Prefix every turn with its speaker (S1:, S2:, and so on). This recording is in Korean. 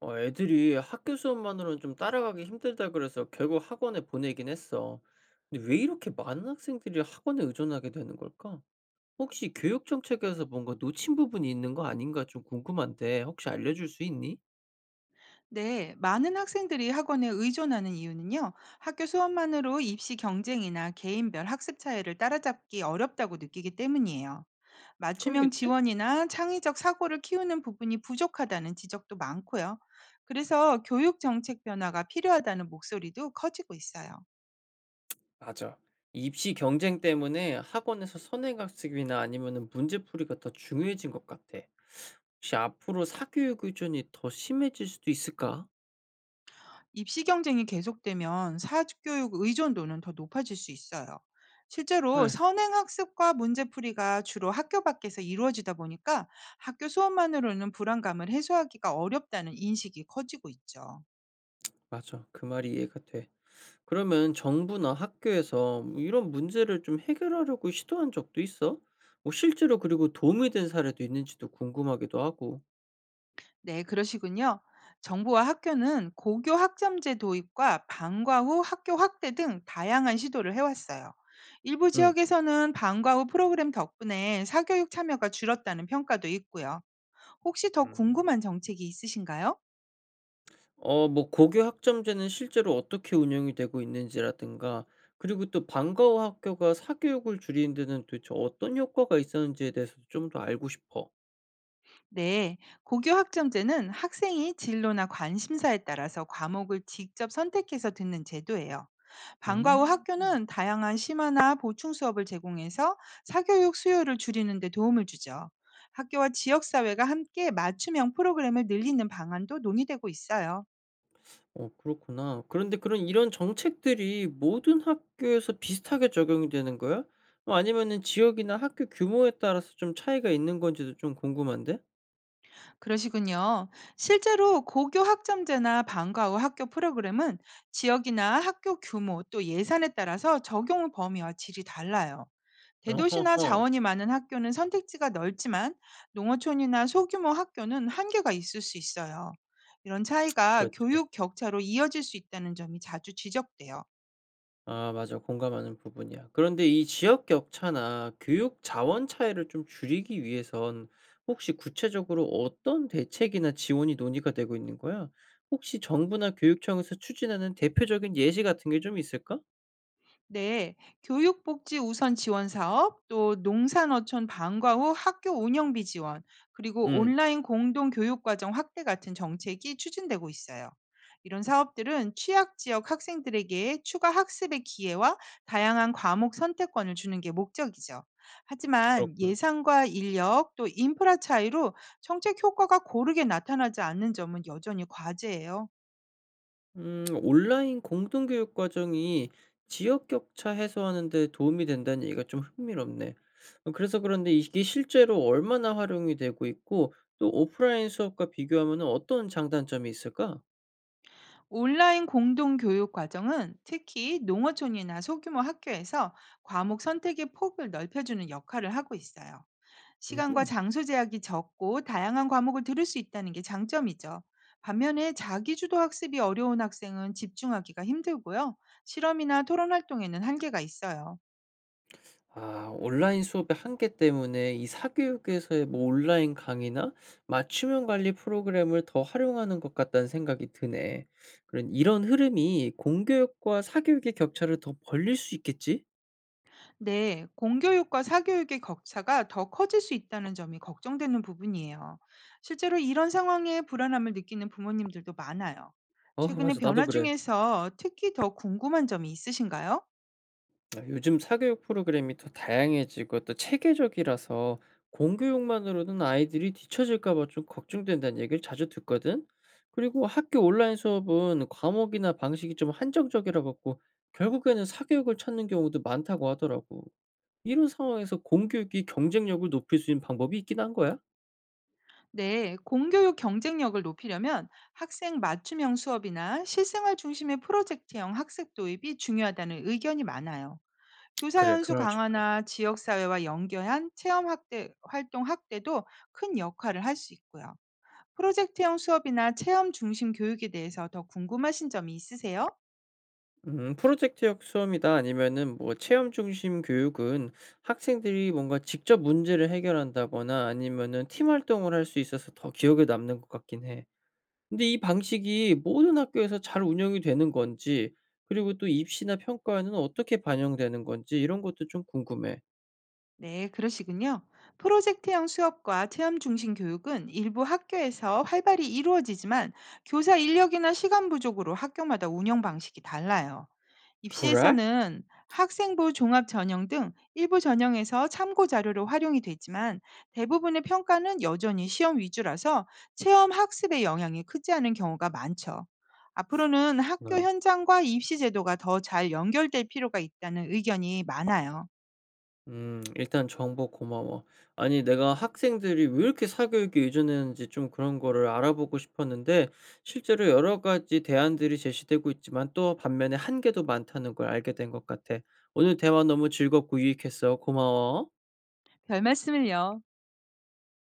S1: 어 애들이 학교 수업만으로는 좀 따라가기 힘들다 그래서 결국 학원에 보내긴 했어. 근데 왜 이렇게 많은 학생들이 학원에 의존하게 되는 걸까? 혹시 교육 정책에서 뭔가 놓친 부분이 있는 거 아닌가 좀 궁금한데 혹시 알려줄 수 있니?
S2: 네, 많은 학생들이 학원에 의존하는 이유는요, 학교 수업만으로 입시 경쟁이나 개인별 학습 차이를 따라잡기 어렵다고 느끼기 때문이에요. 맞춤형
S1: 그러겠지?
S2: 지원이나 창의적 사고를 키우는 부분이 부족하다는 지적도 많고요. 그래서 교육 정책 변화가 필요하다는 목소리도 커지고 있어요.
S1: 맞아. 입시 경쟁 때문에 학원에서 선행학습이나 아니면은 문제풀이가 더 중요해진 것 같아. 혹시 앞으로 사교육 의존이 더 심해질 수도 있을까?
S2: 입시 경쟁이 계속되면 사교육 의존도는 더 높아질 수 있어요. 실제로
S1: 에휴,
S2: 선행 학습과 문제풀이가 주로 학교 밖에서 이루어지다 보니까 학교 수업만으로는 불안감을 해소하기가 어렵다는 인식이 커지고 있죠.
S1: 맞아. 그 말이 이해가 돼. 그러면 정부나 학교에서 뭐 이런 문제를 좀 해결하려고 시도한 적도 있어? 뭐 실제로 그리고 도움이 된 사례도 있는지도 궁금하기도 하고.
S2: 네, 그러시군요. 정부와 학교는 고교 학점제 도입과 방과 후 학교 확대 등 다양한 시도를 해왔어요. 일부
S1: 응.
S2: 지역에서는 방과 후 프로그램 덕분에 사교육 참여가 줄었다는 평가도 있고요. 혹시 더
S1: 음.
S2: 궁금한 정책이 있으신가요?
S1: 어, 뭐 고교 학점제는 실제로 어떻게 운영이 되고 있는지라든가, 그리고 또 방과 후 학교가 사교육을 줄이는 데는 도대체 어떤 효과가 있었는지에 대해서 좀 더 알고 싶어.
S2: 네, 고교 학점제는 학생이 진로나 관심사에 따라서 과목을 직접 선택해서 듣는 제도예요. 방과 후
S1: 음.
S2: 학교는 다양한 심화나 보충 수업을 제공해서 사교육 수요를 줄이는 데 도움을 주죠. 학교와 지역사회가 함께 맞춤형 프로그램을 늘리는 방안도 논의되고 있어요.
S1: 어 그렇구나. 그런데 그런 이런 정책들이 모든 학교에서 비슷하게 적용이 되는 거야? 어 아니면은 지역이나 학교 규모에 따라서 좀 차이가 있는 건지도 좀 궁금한데?
S2: 그러시군요. 실제로 고교 학점제나 방과 후 학교 프로그램은 지역이나 학교 규모 또 예산에 따라서 적용 범위와 질이 달라요. 대도시나
S1: 어허허.
S2: 자원이 많은 학교는 선택지가 넓지만 농어촌이나 소규모 학교는 한계가 있을 수 있어요. 이런 차이가
S1: 그렇지.
S2: 교육 격차로 이어질 수 있다는 점이 자주 지적돼요.
S1: 아 맞아. 공감하는 부분이야. 그런데 이 지역 격차나 교육 자원 차이를 좀 줄이기 위해선 혹시 구체적으로 어떤 대책이나 지원이 논의가 되고 있는 거야? 혹시 정부나 교육청에서 추진하는 대표적인 예시 같은 게 좀 있을까?
S2: 네, 교육복지 우선 지원 사업, 또 농산어촌 방과 후 학교 운영비 지원, 그리고
S1: 음.
S2: 온라인 공동 교육과정 확대 같은 정책이 추진되고 있어요. 이런 사업들은 취약 지역 학생들에게 추가 학습의 기회와 다양한 과목 선택권을 주는 게 목적이죠.
S1: 그렇
S2: 하지만
S1: 군
S2: 예산과 인력 또 인프라 차이로 정책 효과가 고르게 나타나지 않는 점은 여전히 과제예요.
S1: 온라인 공동교육 과정이 지역 격차 해소하는 데 도움이 된다는 얘기가 좀 흥미롭네. 어, 그래서 그런데 이게 실제로 얼마나 활용이 되고 있고, 또 오프라인 수업과 비교하면 어떤 장단점이 있을까?
S2: 온라인 공동 교육 과정은 특히 농어촌이나 소규모 학교에서 과목 선택의 폭을 넓혀주는 역할을 하고 있어요. 시간과
S1: 음흠.
S2: 장소 제약이 적고 다양한 과목을 들을 수 있다는 게 장점이죠. 반면에 자기주도 학습이 어려운 학생은 집중하기가 힘들고요. 실험이나 토론 활동에는 한계가 있어요.
S1: 아, 온라인 수업의 한계 때문에 이 사교육에서의 뭐 온라인 강의나 맞춤형 관리 프로그램을 더 활용하는 것 같다는 생각이 드네. 그런 이런 흐름이 공교육과 사교육의 격차를 더 벌릴 수 있겠지?
S2: 네, 공교육과 사교육의 격차가 더 커질 수 있다는 점이 걱정되는 부분이에요. 실제로 이런 상황에 불안함을 느끼는 부모님들도 많아요.
S1: 어,
S2: 최근의
S1: 맞아. 나도
S2: 변화
S1: 그래.
S2: 중에서 특히 더 궁금한 점이 있으신가요?
S1: 아, 요즘 사교육 프로그램이 더 다양해지고 또 체계적이라서 공교육만으로는 아이들이 뒤처질까 봐 좀 걱정된다는 얘기를 자주 듣거든. 그리고 학교 온라인 수업은 과목이나 방식이 좀 한정적이라 갖고 결국에는 사교육을 찾는 경우도 많다고 하더라고. 이런 상황에서 공교육이 경쟁력을 높일 수 있는 방법이 있긴 한 거야?
S2: 네, 공교육 경쟁력을 높이려면 학생 맞춤형 수업이나 실생활 중심의 프로젝트형 학습 도입이 중요하다는 의견이 많아요. 교사
S1: 그래,
S2: 연수
S1: 그나마 좋다.
S2: 강화나 지역사회와 연결한 체험 확대, 활동 확대도 큰 역할을 할 수 있고요. 프로젝트형 수업이나 체험 중심 교육에 대해서 더 궁금하신 점이 있으세요?
S1: 프로젝트형 수업이다 아니면은 뭐 체험 중심 교육은 학생들이 뭔가 직접 문제를 해결한다거나 아니면은 팀 활동을 할 수 있어서 더 기억에 남는 것 같긴 해. 근데 이 방식이 모든 학교에서 잘 운영이 되는 건지 그리고 또 입시나 평가에는 어떻게 반영되는 건지 이런 것도 좀 궁금해.
S2: 네, 그러시군요. 프로젝트형 수업과 체험 중심 교육은 일부 학교에서 활발히 이루어지지만 교사 인력이나 시간 부족으로 학교마다 운영 방식이 달라요.
S1: 그래?
S2: 입시에서는 학생부 종합 전형 등 일부 전형에서 참고 자료로 활용이 되지만 대부분의 평가는 여전히 시험 위주라서 체험 학습의 영향이 크지 않은 경우가 많죠. 앞으로는 학교
S1: 네.
S2: 현장과 입시 제도가 더 잘 연결될 필요가 있다는 의견이 많아요.
S1: 일단 정보 고마워. 아니 내가 학생들이 왜 이렇게 사교육에 의존했는지 좀 그런 거를 알아보고 싶었는데 실제로 여러 가지 대안들이 제시되고 있지만 또 반면에 한계도 많다는 걸 알게 된 것 같아. 오늘 대화 너무 즐겁고 유익했어. 고마워.
S2: 별 말씀을요.